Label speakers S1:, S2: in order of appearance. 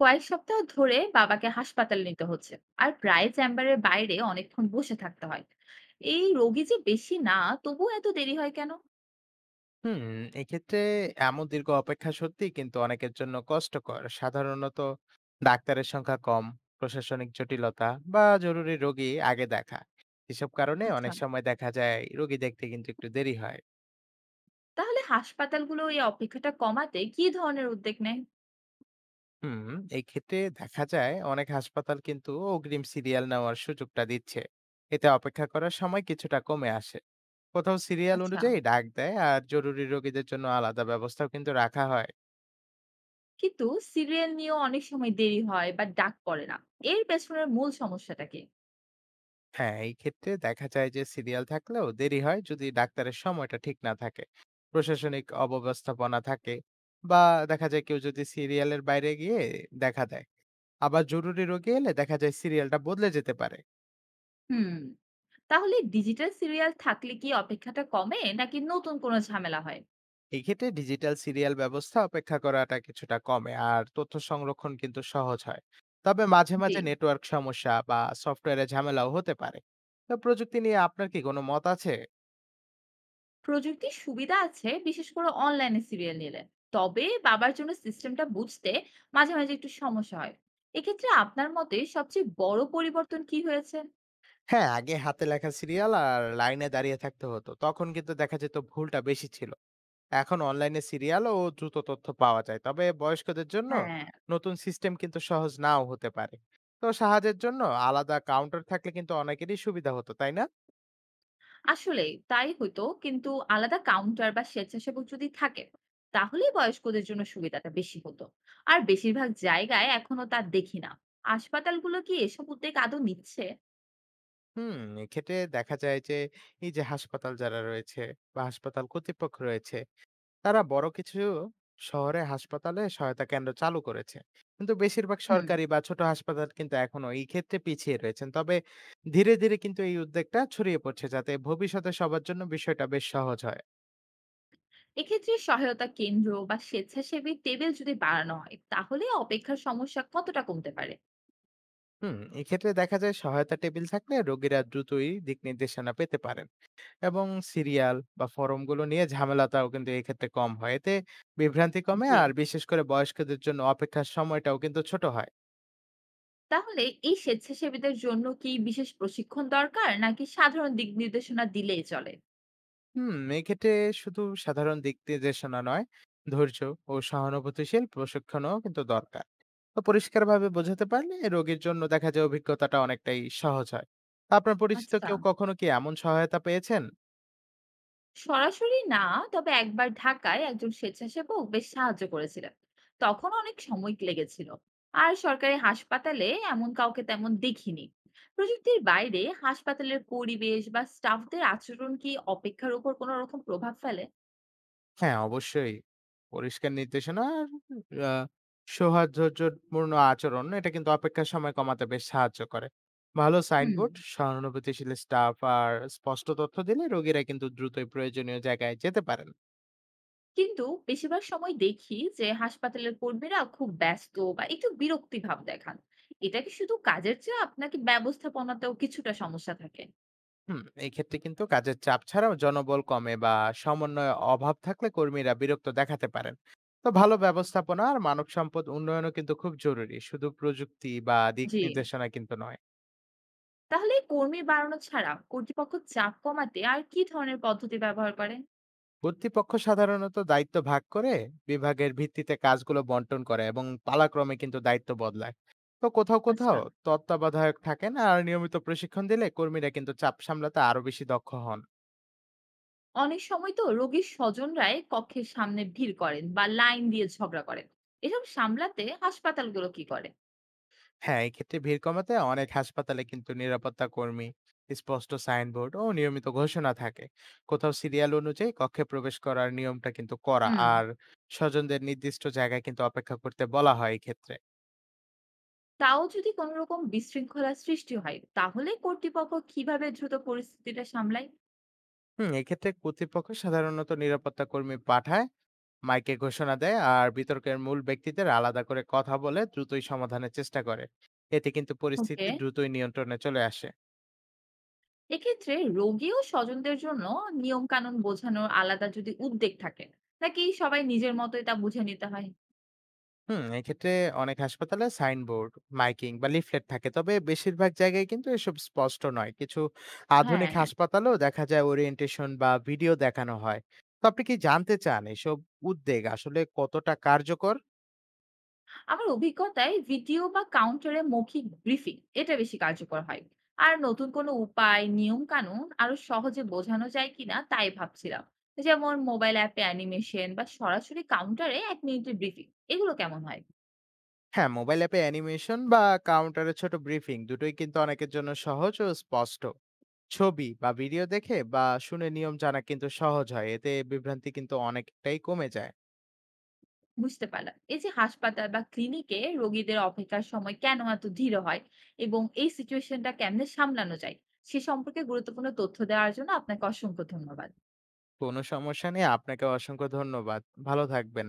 S1: কয়েক সপ্তাহ ধরে বাবাকে হাসপাতালে নিতে হচ্ছে। আর প্রায় চেম্বারের বাইরে অনেকক্ষণ বসে থাকতে হয়। এই রোগী যে বেশি না, তবুও এত দেরি হয় কেন?
S2: হুম, এক্ষেত্রে এমন দীর্ঘ অপেক্ষা সত্যিই কিন্তু অনেকের জন্য কষ্টকর। সাধারণত ডাক্তারের সংখ্যা কম, প্রশাসনিক জটিলতা বা জরুরি রোগী আগে দেখা। এসব কারণে
S1: আচ্ছা,
S2: অনেক সময় দেখা যায় রোগী দেখতে কিন্তু একটু দেরি হয়।
S1: তাহলে হাসপাতালগুলো এই অপেক্ষাটা কমাতে কি ধরনের উদ্যোগ নেয়?
S2: হুম, এই ক্ষেত্রে দেখা যায় অনেক হাসপাতাল কিন্তু অগ্রিম সিরিয়াল নেওয়ার সুযোগটা দিচ্ছে। এতে অপেক্ষা করার সময় কিছুটা কমে আসে। কোথাও সিরিয়াল
S1: আচ্ছা,
S2: অনুযায়ী ডাক দেয় আর জরুরি রোগীদের জন্য আলাদা ব্যবস্থাও কিন্তু রাখা হয়।
S1: কিন্তু সিরিয়াল নিয়েও অনেক সময় দেরি হয় বা ডাক পড়ে না। এর পেছনের মূল সমস্যাটা কি?
S2: হ্যাঁ, এই ক্ষেত্রে দেখা যায় যে সিরিয়াল থাকলেও দেরি হয় যদি ডাক্তারের সময়টা ঠিক না থাকে, প্রশাসনিক অব্যবস্থাপনা থাকে, বা দেখা যায় কেউ যদি সিরিয়ালের বাইরে গিয়ে দেখা দেয়। আবার জরুরি রোগী এলে দেখা যায় সিরিয়ালটা বদলে যেতে পারে।
S1: হুম। তাহলে ডিজিটাল সিরিয়াল থাকলে কি অপেক্ষাটা কমে নাকি নতুন কোনো ঝামেলা হয়?
S2: এই ক্ষেত্রে ডিজিটাল সিরিয়াল ব্যবস্থা অপেক্ষা করাটা কিছুটা কমে আর তথ্য সংরক্ষণ কিন্তু সহজ হয়। তবে মাঝে
S1: জি।
S2: মাঝে নেটওয়ার্ক সমস্যা বা সফটওয়্যারে ঝামেলাও হতে পারে। তো প্রযুক্তি নিয়ে আপনার কি কোনো মত আছে?
S1: প্রযুক্তির সুবিধা আছে, বিশেষ করে অনলাইনে সিরিয়াল নিলে। তবে বাবার জন্য সিস্টেমটা বুঝতে মাঝে মাঝে একটু সমস্যা হয়। এক্ষেত্রে আপনার মতে সবচেয়ে বড় পরিবর্তন কি হয়েছে?
S2: হ্যাঁ, আগে হাতে লেখা সিরিয়াল আর লাইনে দাঁড়িয়ে থাকতে হতো। তখন কিন্তু দেখা যেত ভুলটা বেশি ছিল। এখন অনলাইনে সিরিয়াল ও দ্রুত তথ্য পাওয়া যায়। তবে বয়স্কদের জন্য
S1: হ্যাঁ,
S2: নতুন সিস্টেম কিন্তু সহজ নাও হতে পারে। তো সাহায্যের জন্য আলাদা কাউন্টার থাকলে কিন্তু অনেকেরই সুবিধা হতো, তাই না?
S1: আসলে তাই হয়তো, কিন্তু আলাদা কাউন্টার বা স্বেচ্ছাসেবক যদি থাকে, তাহলে বয়স্কদের জন্য সুবিধাটা বেশি হতো। আর বেশিরভাগ জায়গায় এখনো তা দেখি না। হাসপাতালগুলো কি এসব উদ্যোগ আদৌ নিচ্ছে?
S2: হুম, এক্ষেত্রে দেখা যায় যে এই যে হাসপাতাল যারা রয়েছে বা হাসপাতাল কর্তৃপক্ষ রয়েছে, তারা বড় কিছু শহরে হাসপাতালে সহায়তা কেন্দ্র চালু করেছে। কিন্তু বেশিরভাগ
S1: হুম।
S2: সরকারি বা ছোট হাসপাতাল কিন্তু এখনো এই ক্ষেত্রে পিছিয়ে রয়েছেন। তবে ধীরে ধীরে কিন্তু এই উদ্যোগটা ছড়িয়ে পড়ছে, যাতে ভবিষ্যতে সবার জন্য বিষয়টা বেশ সহজ হয়।
S1: এক্ষেত্রে সহায়তা কেন্দ্র বা স্বেচ্ছাসেবী টেবিল যদি বাড়ানো হয়, তাহলে অপেক্ষার সমস্যা কতটা কমতে পারে?
S2: এক্ষেত্রে দেখা যায় সহায়তা টেবিল থাকলে রোগীরা দ্রুতই দিক নির্দেশনা পেতে পারেন, এবং সিরিয়াল বা ফরমগুলো নিয়ে ঝামেলাটাও কিন্তু এক্ষেত্রে কম হয়। এতে বিভ্রান্তি কমে
S1: জি।
S2: আর বিশেষ করে বয়স্কদের জন্য অপেক্ষার সময়টাও কিন্তু ছোট হয়।
S1: তাহলে এই স্বেচ্ছাসেবীদের জন্য কি বিশেষ প্রশিক্ষণ দরকার নাকি সাধারণ দিক নির্দেশনা দিলেই চলে?
S2: এক্ষেত্রে শুধু সাধারণ দিক নির্দেশনা নয়, ধৈর্য ও সহানুভূতিশীল প্রশিক্ষণও কিন্তু দরকার। তো পরিষ্কারভাবে বোঝাতে পারলে রোগীর জন্য দেখা যায় অভিজ্ঞতাটা অনেকটাই সহজ হয়। আপনার পরিচিত
S1: আচ্ছা,
S2: কেউ কখনো কি এমন সহায়তা পেয়েছেন?
S1: সরাসরি না, তবে একবার ঢাকায় একজন স্বেচ্ছাসেবক বেশ সাহায্য করেছিলেন। তখন অনেক সময় লেগেছিল। আর সরকারি হাসপাতালে এমন কাউকে তেমন দেখিনি। প্রযুক্তির বাইরে হাসপাতালের পরিবেশ বা স্টাফদের আচরণ কি অপেক্ষার উপর কোনো রকম প্রভাব ফেলে?
S2: হ্যাঁ, অবশ্যই। পরিষ্কার নির্দেশনা আর আ সৌহার্দ্যপূর্ণ আচরণ এটা কিন্তু অপেক্ষার সময় কমাতে বেশ সাহায্য করে। ভালো
S1: হুম,
S2: সাইনবোর্ড, সহানুভূতিশীল স্টাফ আর স্পষ্ট তথ্য দিলে রোগীরা কিন্তু দ্রুতই প্রয়োজনীয় জায়গায় যেতে পারেন।
S1: কিন্তু বেশিরভাগ সময় দেখি যে হাসপাতালের কর্মীরা খুব ব্যস্ত বা একটু বিরক্তি ভাব দেখান। এটা কি শুধু কাজের চাপ নাকি ব্যবস্থাপনাতেও কিছুটা সমস্যা থাকে?
S2: এই ক্ষেত্রে কিন্তু কাজের চাপ ছাড়াও জনবল কমে বা সমন্বয় অভাব থাকলে কর্মীরা বিরক্ত দেখাতে পারেন। তো ভালো ব্যবস্থাপনা আর মানব সম্পদ উন্নয়নও কিন্তু খুব জরুরি, শুধু প্রযুক্তি বা দিক
S1: জি না।
S2: নির্দেশনা কিন্তু নয়।
S1: তাহলে কর্মী বাড়ানো ছাড়া কর্তৃপক্ষ চাপ কমাতে আর কি ধরনের পদ্ধতি ব্যবহার করেন?
S2: কর্তৃপক্ষ সাধারণত দায়িত্ব ভাগ করে, বিভাগের ভিত্তিতে কাজগুলো বন্টন করে এবং পালাক্রমে কিন্তু দায়িত্ব বদলায়। তো কোথাও কোথাও
S1: আচ্ছা,
S2: তত্ত্বাবধায়ক থাকেন আর নিয়মিত প্রশিক্ষণ দিলে কর্মীরা কিন্তু চাপ সামলাতে আরো বেশি দক্ষ হন।
S1: অনেক সময় তো রোগীর স্বজনরাই কক্ষের সামনে ভিড় করেন বা লাইন দিয়ে ঝগড়া করেন। এসব সামলাতে হাসপাতালগুলো কি করে?
S2: হ্যাঁ, এক্ষেত্রে ভিড় কমাতে অনেক হাসপাতালে কিন্তু নিরাপত্তা কর্মী, স্পষ্ট সাইনবোর্ড ও নিয়মিত ঘোষণা থাকে। কোথাও সিরিয়াল অনুযায়ী কক্ষে প্রবেশ করার নিয়মটা কিন্তু করা
S1: হুম।
S2: আর স্বজনদের নির্দিষ্ট জায়গায় কিন্তু অপেক্ষা করতে বলা হয় এক্ষেত্রে।
S1: তাও যদি কোনো রকম বিশৃঙ্খলা সৃষ্টি হয়, তাহলে কর্তৃপক্ষ কিভাবে দ্রুত পরিস্থিতিটা সামলায়?
S2: এক্ষেত্রে কর্তৃপক্ষ সাধারণত নিরাপত্তা কর্মী পাঠায়, মাইকে ঘোষণা দেয় আর বিতর্কের মূল ব্যক্তিদের আলাদা করে কথা বলে দ্রুতই সমাধানের চেষ্টা করে। এতে কিন্তু পরিস্থিতি
S1: ওকে।
S2: দ্রুতই নিয়ন্ত্রণে চলে আসে।
S1: এক্ষেত্রে রোগী ও স্বজনদের জন্য নিয়ম কানুন বোঝানোর আলাদা যদি উদ্যোগ থাকে নাকি সবাই নিজের মতোই তা বুঝে নিতে হয়?
S2: এক্ষেত্রে অনেক হাসপাতালে সাইনবোর্ড, মাইকিং বা লিফলেট থাকে। তবে বেশিরভাগ জায়গায় কিন্তু এসব স্পষ্ট নয়। কিছু আধুনিক
S1: হ্যাঁ।
S2: হাসপাতালেও দেখা যায় ওরিয়েন্টেশন বা ভিডিও দেখানো হয়। তো আপনি কি জানতে চান এসব উদ্যোগ আসলে কতটা কার্যকর?
S1: আমার অভিজ্ঞতায় ভিডিও বা কাউন্টারে মৌখিক ব্রিফিং এটা বেশি কার্যকর হয়। আর নতুন কোনো উপায় নিয়ম কানুন আরো সহজে বোঝানো যায় কিনা তাই ভাবছিলাম। যেমন মোবাইল অ্যাপে অ্যানিমেশন বা সরাসরি কাউন্টারে 1 মিনিটের ব্রিফিং, এগুলো কেমন হয়?
S2: হ্যাঁ, মোবাইল অ্যাপে অ্যানিমেশন বা কাউন্টারে ছোট ব্রিফিং দুটোই কিন্তু অনেকের জন্য সহজ ও স্পষ্ট। ছবি বা ভিডিও দেখে বা শুনে নিয়ম জানা কিন্তু সহজ হয়। এতে বিভ্রান্তি কিন্তু অনেকটাই কমে যায়।
S1: বুঝতে পারলাম। এই যে হাসপাতাল বা ক্লিনিকে রোগীদের অপেক্ষার সময় কেন এত ধীর হয় এবং এই সিচুয়েশনটা কেমনে সামলানো যায়, সে সম্পর্কে গুরুত্বপূর্ণ তথ্য দেওয়ার জন্য আপনাকে অসংখ্য ধন্যবাদ।
S2: কোনো সমস্যা নেই। আপনাকে অসংখ্য ধন্যবাদ। ভালো থাকবেন।